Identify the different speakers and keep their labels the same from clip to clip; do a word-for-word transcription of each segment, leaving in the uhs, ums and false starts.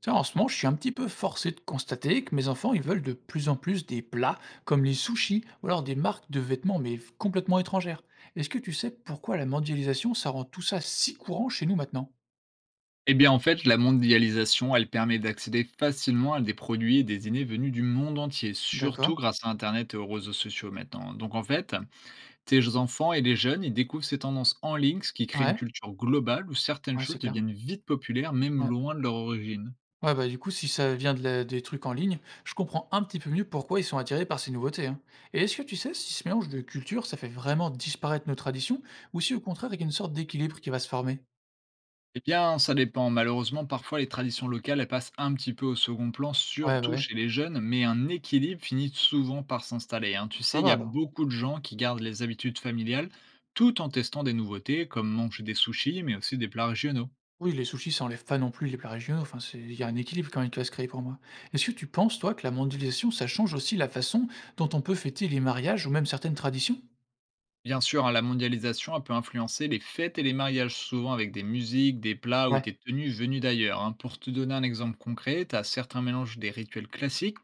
Speaker 1: Tu en ce moment, je suis un petit peu forcé de constater que mes enfants, ils veulent de plus en plus des plats comme les sushis ou alors des marques de vêtements, mais complètement étrangères. Est-ce que tu sais pourquoi la mondialisation, ça rend tout ça si courant chez nous maintenant?
Speaker 2: Eh bien, en fait, la mondialisation, elle permet d'accéder facilement à des produits et des idées venus du monde entier, surtout
Speaker 1: D'accord.
Speaker 2: grâce à Internet et aux réseaux sociaux maintenant. Donc, en fait, tes enfants et les jeunes, ils découvrent ces tendances en ligne, ce qui crée une
Speaker 1: Ouais,
Speaker 2: culture globale où certaines
Speaker 1: ouais,
Speaker 2: choses
Speaker 1: c'est clair.
Speaker 2: deviennent vite populaires, même
Speaker 1: Ouais.
Speaker 2: loin de leur origine.
Speaker 1: Ouais, bah du coup, si ça vient de la- des trucs en ligne, je comprends un petit peu mieux pourquoi ils sont attirés par ces nouveautés, hein. Et est-ce que tu sais si ce mélange de cultures, ça fait vraiment disparaître nos traditions ou si au contraire, il y a une sorte d'équilibre qui va se former?
Speaker 2: Eh bien, ça dépend. Malheureusement, parfois les traditions locales, elles passent un petit peu au second plan,
Speaker 1: Ouais, bah
Speaker 2: surtout
Speaker 1: ouais.
Speaker 2: chez les jeunes, mais un équilibre finit souvent par s'installer, hein. Tu sais,
Speaker 1: Ça
Speaker 2: il y
Speaker 1: va
Speaker 2: a
Speaker 1: alors.
Speaker 2: beaucoup de gens qui gardent les habitudes familiales tout en testant des nouveautés, comme manger des sushis, mais aussi des plats régionaux.
Speaker 1: Oui, les sushis, ça enlève pas non plus les plats régionaux, enfin, c'est il y a un équilibre quand même qui va se créer pour moi. Est-ce que tu penses, toi, que la mondialisation, ça change aussi la façon dont on peut fêter les mariages ou même certaines traditions?
Speaker 2: Bien sûr, hein, la mondialisation elle peut influencer les fêtes et les mariages, souvent avec des musiques, des plats ou
Speaker 1: Ouais.
Speaker 2: des tenues venues d'ailleurs, hein. Pour te donner un exemple concret, tu as certains mélanges des rituels classiques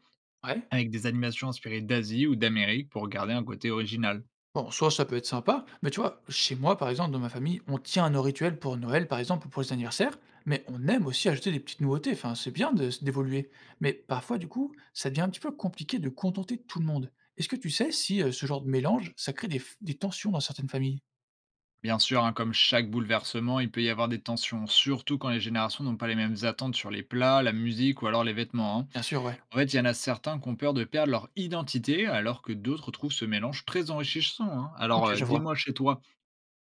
Speaker 1: Ouais.
Speaker 2: avec des animations inspirées d'Asie ou d'Amérique pour garder un côté original.
Speaker 1: Bon, soit ça peut être sympa, mais tu vois, chez moi, par exemple, dans ma famille, on tient à nos rituels pour Noël, par exemple, ou pour les anniversaires, mais on aime aussi ajouter des petites nouveautés. Enfin, c'est bien de d'évoluer. Mais parfois, du coup, ça devient un petit peu compliqué de contenter tout le monde. Est-ce que tu sais si euh, ce genre de mélange, ça crée des, f- des tensions dans certaines familles?
Speaker 2: Bien sûr, hein, comme chaque bouleversement, il peut y avoir des tensions, surtout quand les générations n'ont pas les mêmes attentes sur les plats, la musique ou alors les vêtements, hein.
Speaker 1: Bien sûr, ouais.
Speaker 2: En fait, il y en a certains qui ont peur de perdre leur identité, alors que d'autres trouvent ce mélange très enrichissant, hein.
Speaker 1: Ok,
Speaker 2: Alors, euh,
Speaker 1: je vois.
Speaker 2: dis-moi chez toi,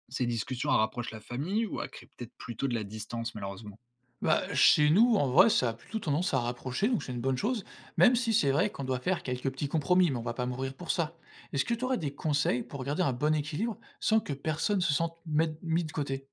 Speaker 2: ces discussions elles rapprochent la famille ou elles créent peut-être plutôt de la distance, malheureusement.
Speaker 1: Bah, chez nous, en vrai, ça a plutôt tendance à rapprocher, donc c'est une bonne chose, même si c'est vrai qu'on doit faire quelques petits compromis, mais on va pas mourir pour ça. Est-ce que tu aurais des conseils pour garder un bon équilibre sans que personne se sente met- mis de côté?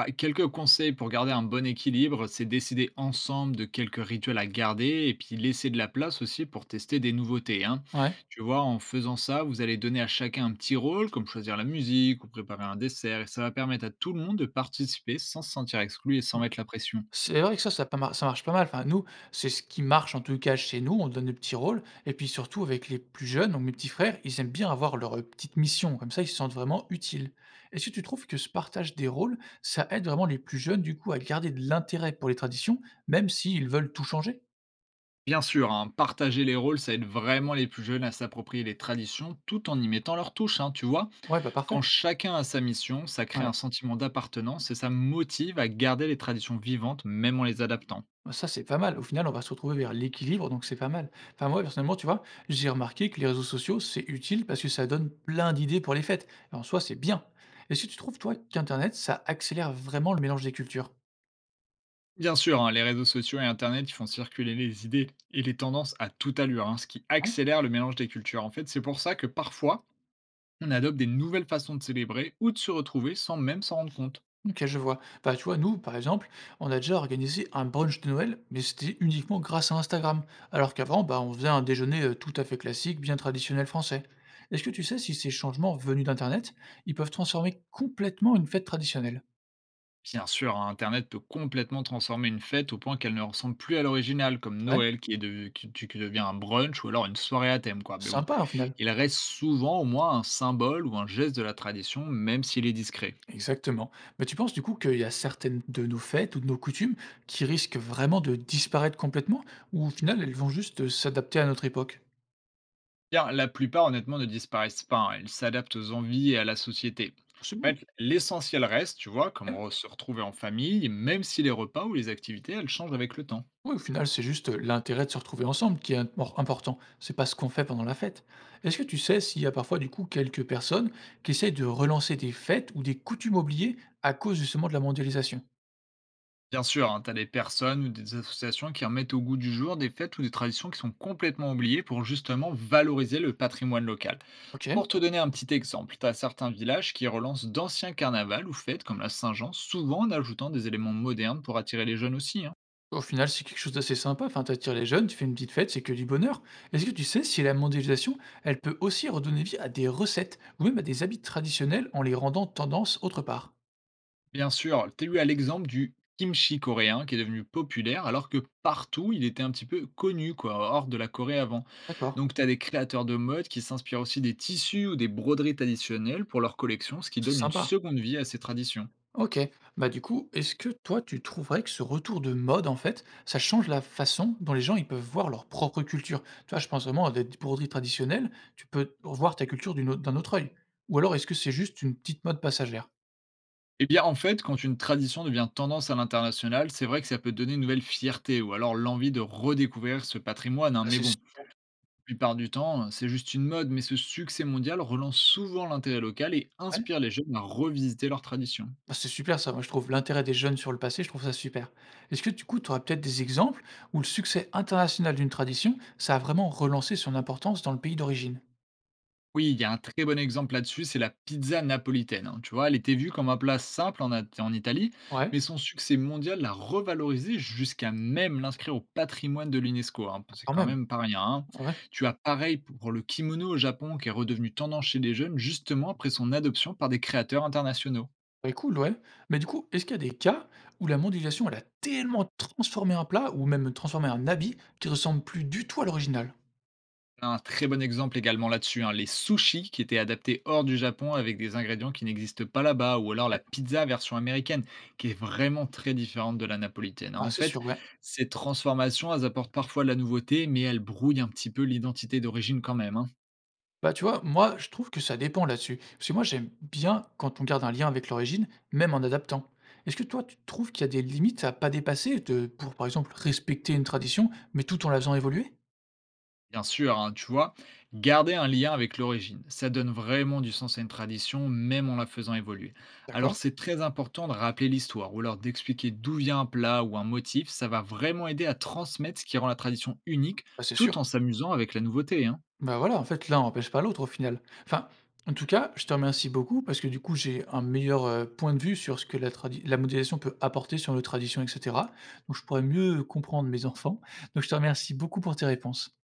Speaker 2: Ah, quelques conseils pour garder un bon équilibre, c'est décider ensemble de quelques rituels à garder et puis laisser de la place aussi pour tester des nouveautés, hein.
Speaker 1: Ouais.
Speaker 2: Tu vois, en faisant ça, vous allez donner à chacun un petit rôle, comme choisir la musique ou préparer un dessert, et ça va permettre à tout le monde de participer sans se sentir exclu et sans mettre la pression.
Speaker 1: C'est vrai que ça, ça pas mar ça marche pas mal. Enfin, nous, c'est ce qui marche en tout cas chez nous, on donne des petits rôles et puis surtout avec les plus jeunes, donc mes petits frères, ils aiment bien avoir leur, heu, petite mission, comme ça ils se sentent vraiment utiles. Est-ce que tu trouves que ce partage des rôles, ça aide vraiment les plus jeunes, du coup, à garder de l'intérêt pour les traditions, même s'ils veulent tout changer?
Speaker 2: Bien sûr, hein, partager les rôles, ça aide vraiment les plus jeunes à s'approprier les traditions tout en y mettant leur touche, hein, tu vois.
Speaker 1: Ouais, bah, parfait.
Speaker 2: Quand chacun a sa mission, ça crée un
Speaker 1: Ouais.
Speaker 2: sentiment d'appartenance et ça motive à garder les traditions vivantes même en les adaptant.
Speaker 1: Bah, ça, c'est pas mal. Au final, on va se retrouver vers l'équilibre, donc c'est pas mal. Enfin, moi, personnellement, tu vois, j'ai remarqué que les réseaux sociaux, c'est utile parce que ça donne plein d'idées pour les fêtes. Et en soi, c'est bien. Est-ce que tu trouves, toi, qu'Internet, ça accélère vraiment le mélange des cultures?
Speaker 2: Bien sûr, hein, les réseaux sociaux et Internet ils font circuler les idées et les tendances à toute allure, hein, ce qui
Speaker 1: Hein.
Speaker 2: accélère le mélange des cultures. En fait, c'est pour ça que parfois, on adopte des nouvelles façons de célébrer ou de se retrouver sans même s'en rendre compte.
Speaker 1: Ok, je vois. Bah, tu vois, nous, par exemple, on a déjà organisé un brunch de Noël, mais c'était uniquement grâce à Instagram. Alors qu'avant, bah, on faisait un déjeuner euh, tout à fait classique, bien traditionnel français. Est-ce que tu sais si ces changements venus d'Internet, ils peuvent transformer complètement une fête traditionnelle?
Speaker 2: Bien sûr, hein, Internet peut complètement transformer une fête au point qu'elle ne ressemble plus à l'original, comme
Speaker 1: Ouais,
Speaker 2: Noël qui, est de- qui, qui devient un brunch ou alors une soirée à thème, quoi. Mais bon,
Speaker 1: sympa, au final.
Speaker 2: il reste souvent au moins un symbole ou un geste de la tradition, même s'il est discret.
Speaker 1: Exactement. Mais tu penses du coup qu'il y a certaines de nos fêtes ou de nos coutumes qui risquent vraiment de disparaître complètement ou au final elles vont juste euh, s'adapter à notre époque?
Speaker 2: Bien, la plupart, honnêtement, ne disparaissent pas, hein. Ils s'adaptent aux envies et à la société.
Speaker 1: C'est
Speaker 2: En
Speaker 1: bien.
Speaker 2: fait, l'essentiel reste, tu vois, comme
Speaker 1: Ouais.
Speaker 2: re- se retrouver en famille, même si les repas ou les activités, elles changent avec le temps.
Speaker 1: Ouais, au final, c'est juste euh, l'intérêt de se retrouver ensemble qui est im- important. C'est pas ce qu'on fait pendant la fête. Est-ce que tu sais s'il y a parfois du coup quelques personnes qui essayent de relancer des fêtes ou des coutumes oubliées à cause justement de la mondialisation?
Speaker 2: Bien sûr, tu as des personnes ou des associations qui remettent au goût du jour des fêtes ou des traditions qui sont complètement oubliées pour justement valoriser le patrimoine local.
Speaker 1: Ok.
Speaker 2: Pour te donner un petit exemple, tu as certains villages qui relancent d'anciens carnavals ou fêtes comme la Saint-Jean, souvent en ajoutant des éléments modernes pour attirer les jeunes aussi, hein.
Speaker 1: Au final, c'est quelque chose d'assez sympa, enfin, t'attires les jeunes, tu fais une petite fête, c'est que du bonheur. Est-ce que tu sais si la mondialisation, elle peut aussi redonner vie à des recettes ou même à des habits traditionnels en les rendant tendance autre part?
Speaker 2: Bien sûr, tu as eu à l'exemple du kimchi coréen qui est devenu populaire alors que partout il était un petit peu connu quoi, hors de la Corée avant.
Speaker 1: D'accord,
Speaker 2: Donc tu as des créateurs de mode qui s'inspirent aussi des tissus ou des broderies traditionnelles pour leur collection, ce qui
Speaker 1: c'est
Speaker 2: donne une
Speaker 1: sympa.
Speaker 2: seconde vie à ces traditions.
Speaker 1: OK. Bah, du coup, est-ce que toi, tu trouverais que ce retour de mode, en fait, ça change la façon dont les gens, ils peuvent voir leur propre culture? Tu vois, je pense vraiment à des broderies traditionnelles, tu peux voir ta culture d'une autre d'un autre œil. Ou alors est-ce que c'est juste une petite mode passagère?
Speaker 2: Eh bien en fait, quand une tradition devient tendance à l'international, c'est vrai que ça peut donner une nouvelle fierté ou alors l'envie de redécouvrir ce patrimoine, hein,
Speaker 1: Ah,
Speaker 2: mais
Speaker 1: c'est
Speaker 2: bon.
Speaker 1: s
Speaker 2: La plupart du temps, c'est juste une mode, mais ce succès mondial relance souvent l'intérêt local et
Speaker 1: Ouais.
Speaker 2: inspire les jeunes à revisiter leurs traditions.
Speaker 1: Bah, c'est super ça, moi je trouve l'intérêt des jeunes sur le passé, je trouve ça super. Est-ce que du coup, tu aurais peut-être des exemples où le succès international d'une tradition, ça a vraiment relancé son importance dans le pays d'origine?
Speaker 2: Oui, il y a un très bon exemple là-dessus, c'est la pizza napolitaine, hein. Tu vois, elle était vue comme un plat simple en, At- en Italie,
Speaker 1: Ouais,
Speaker 2: mais son succès mondial l'a revalorisée jusqu'à même l'inscrire au patrimoine de l'UNESCO, hein. Bon, c'est
Speaker 1: quand
Speaker 2: quand
Speaker 1: même.
Speaker 2: même pas rien, hein.
Speaker 1: Ah ouais,
Speaker 2: Tu as pareil pour le kimono au Japon, qui est redevenu tendance chez les jeunes, justement après son adoption par des créateurs internationaux.
Speaker 1: ouais, cool, ouais. Mais du coup, est-ce qu'il y a des cas où la mondialisation, elle a tellement transformé un plat ou même transformé un habit qui ressemble plus du tout à l'original?
Speaker 2: Un très bon exemple également là-dessus, hein, les sushis qui étaient adaptés hors du Japon avec des ingrédients qui n'existent pas là-bas, ou alors la
Speaker 1: Ouais.
Speaker 2: pizza version américaine, qui est vraiment très différente de la napolitaine, hein.
Speaker 1: Ah,
Speaker 2: En
Speaker 1: c'est
Speaker 2: fait,
Speaker 1: sûr, ouais.
Speaker 2: ces transformations, elles apportent parfois de la nouveauté, mais elles brouillent un petit peu l'identité d'origine quand même, hein.
Speaker 1: Bah, tu vois, moi, je trouve que ça dépend là-dessus. Parce que moi, j'aime bien quand on garde un lien avec l'origine, même en adaptant. Est-ce que toi, tu trouves qu'il y a des limites à pas dépasser de, pour, par exemple, respecter une tradition, mais tout en la faisant évoluer?
Speaker 2: Bien sûr, hein, tu vois, garder un lien avec l'origine, ça donne vraiment du sens à une tradition, même en la faisant évoluer. Alors
Speaker 1: D'accord.
Speaker 2: c'est très important de rappeler l'histoire, ou alors d'expliquer d'où vient un plat ou un motif, ça va vraiment aider à transmettre ce qui rend la tradition unique,
Speaker 1: Bah, c'est
Speaker 2: tout
Speaker 1: sûr.
Speaker 2: en s'amusant avec la nouveauté, hein.
Speaker 1: Bah voilà, en fait, l'un n'empêche pas l'autre au final. Enfin, en tout cas, je te remercie beaucoup parce que du coup, j'ai un meilleur euh, point de vue sur ce que la, tradi- la modélisation peut apporter sur nos traditions, et cetera. Donc, je pourrais mieux comprendre mes enfants. Donc, je te remercie beaucoup pour tes réponses.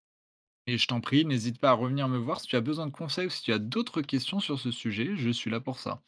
Speaker 2: Et je t'en prie, n'hésite pas à revenir me voir si tu as besoin de conseils ou si tu as d'autres questions sur ce sujet, je suis là pour ça.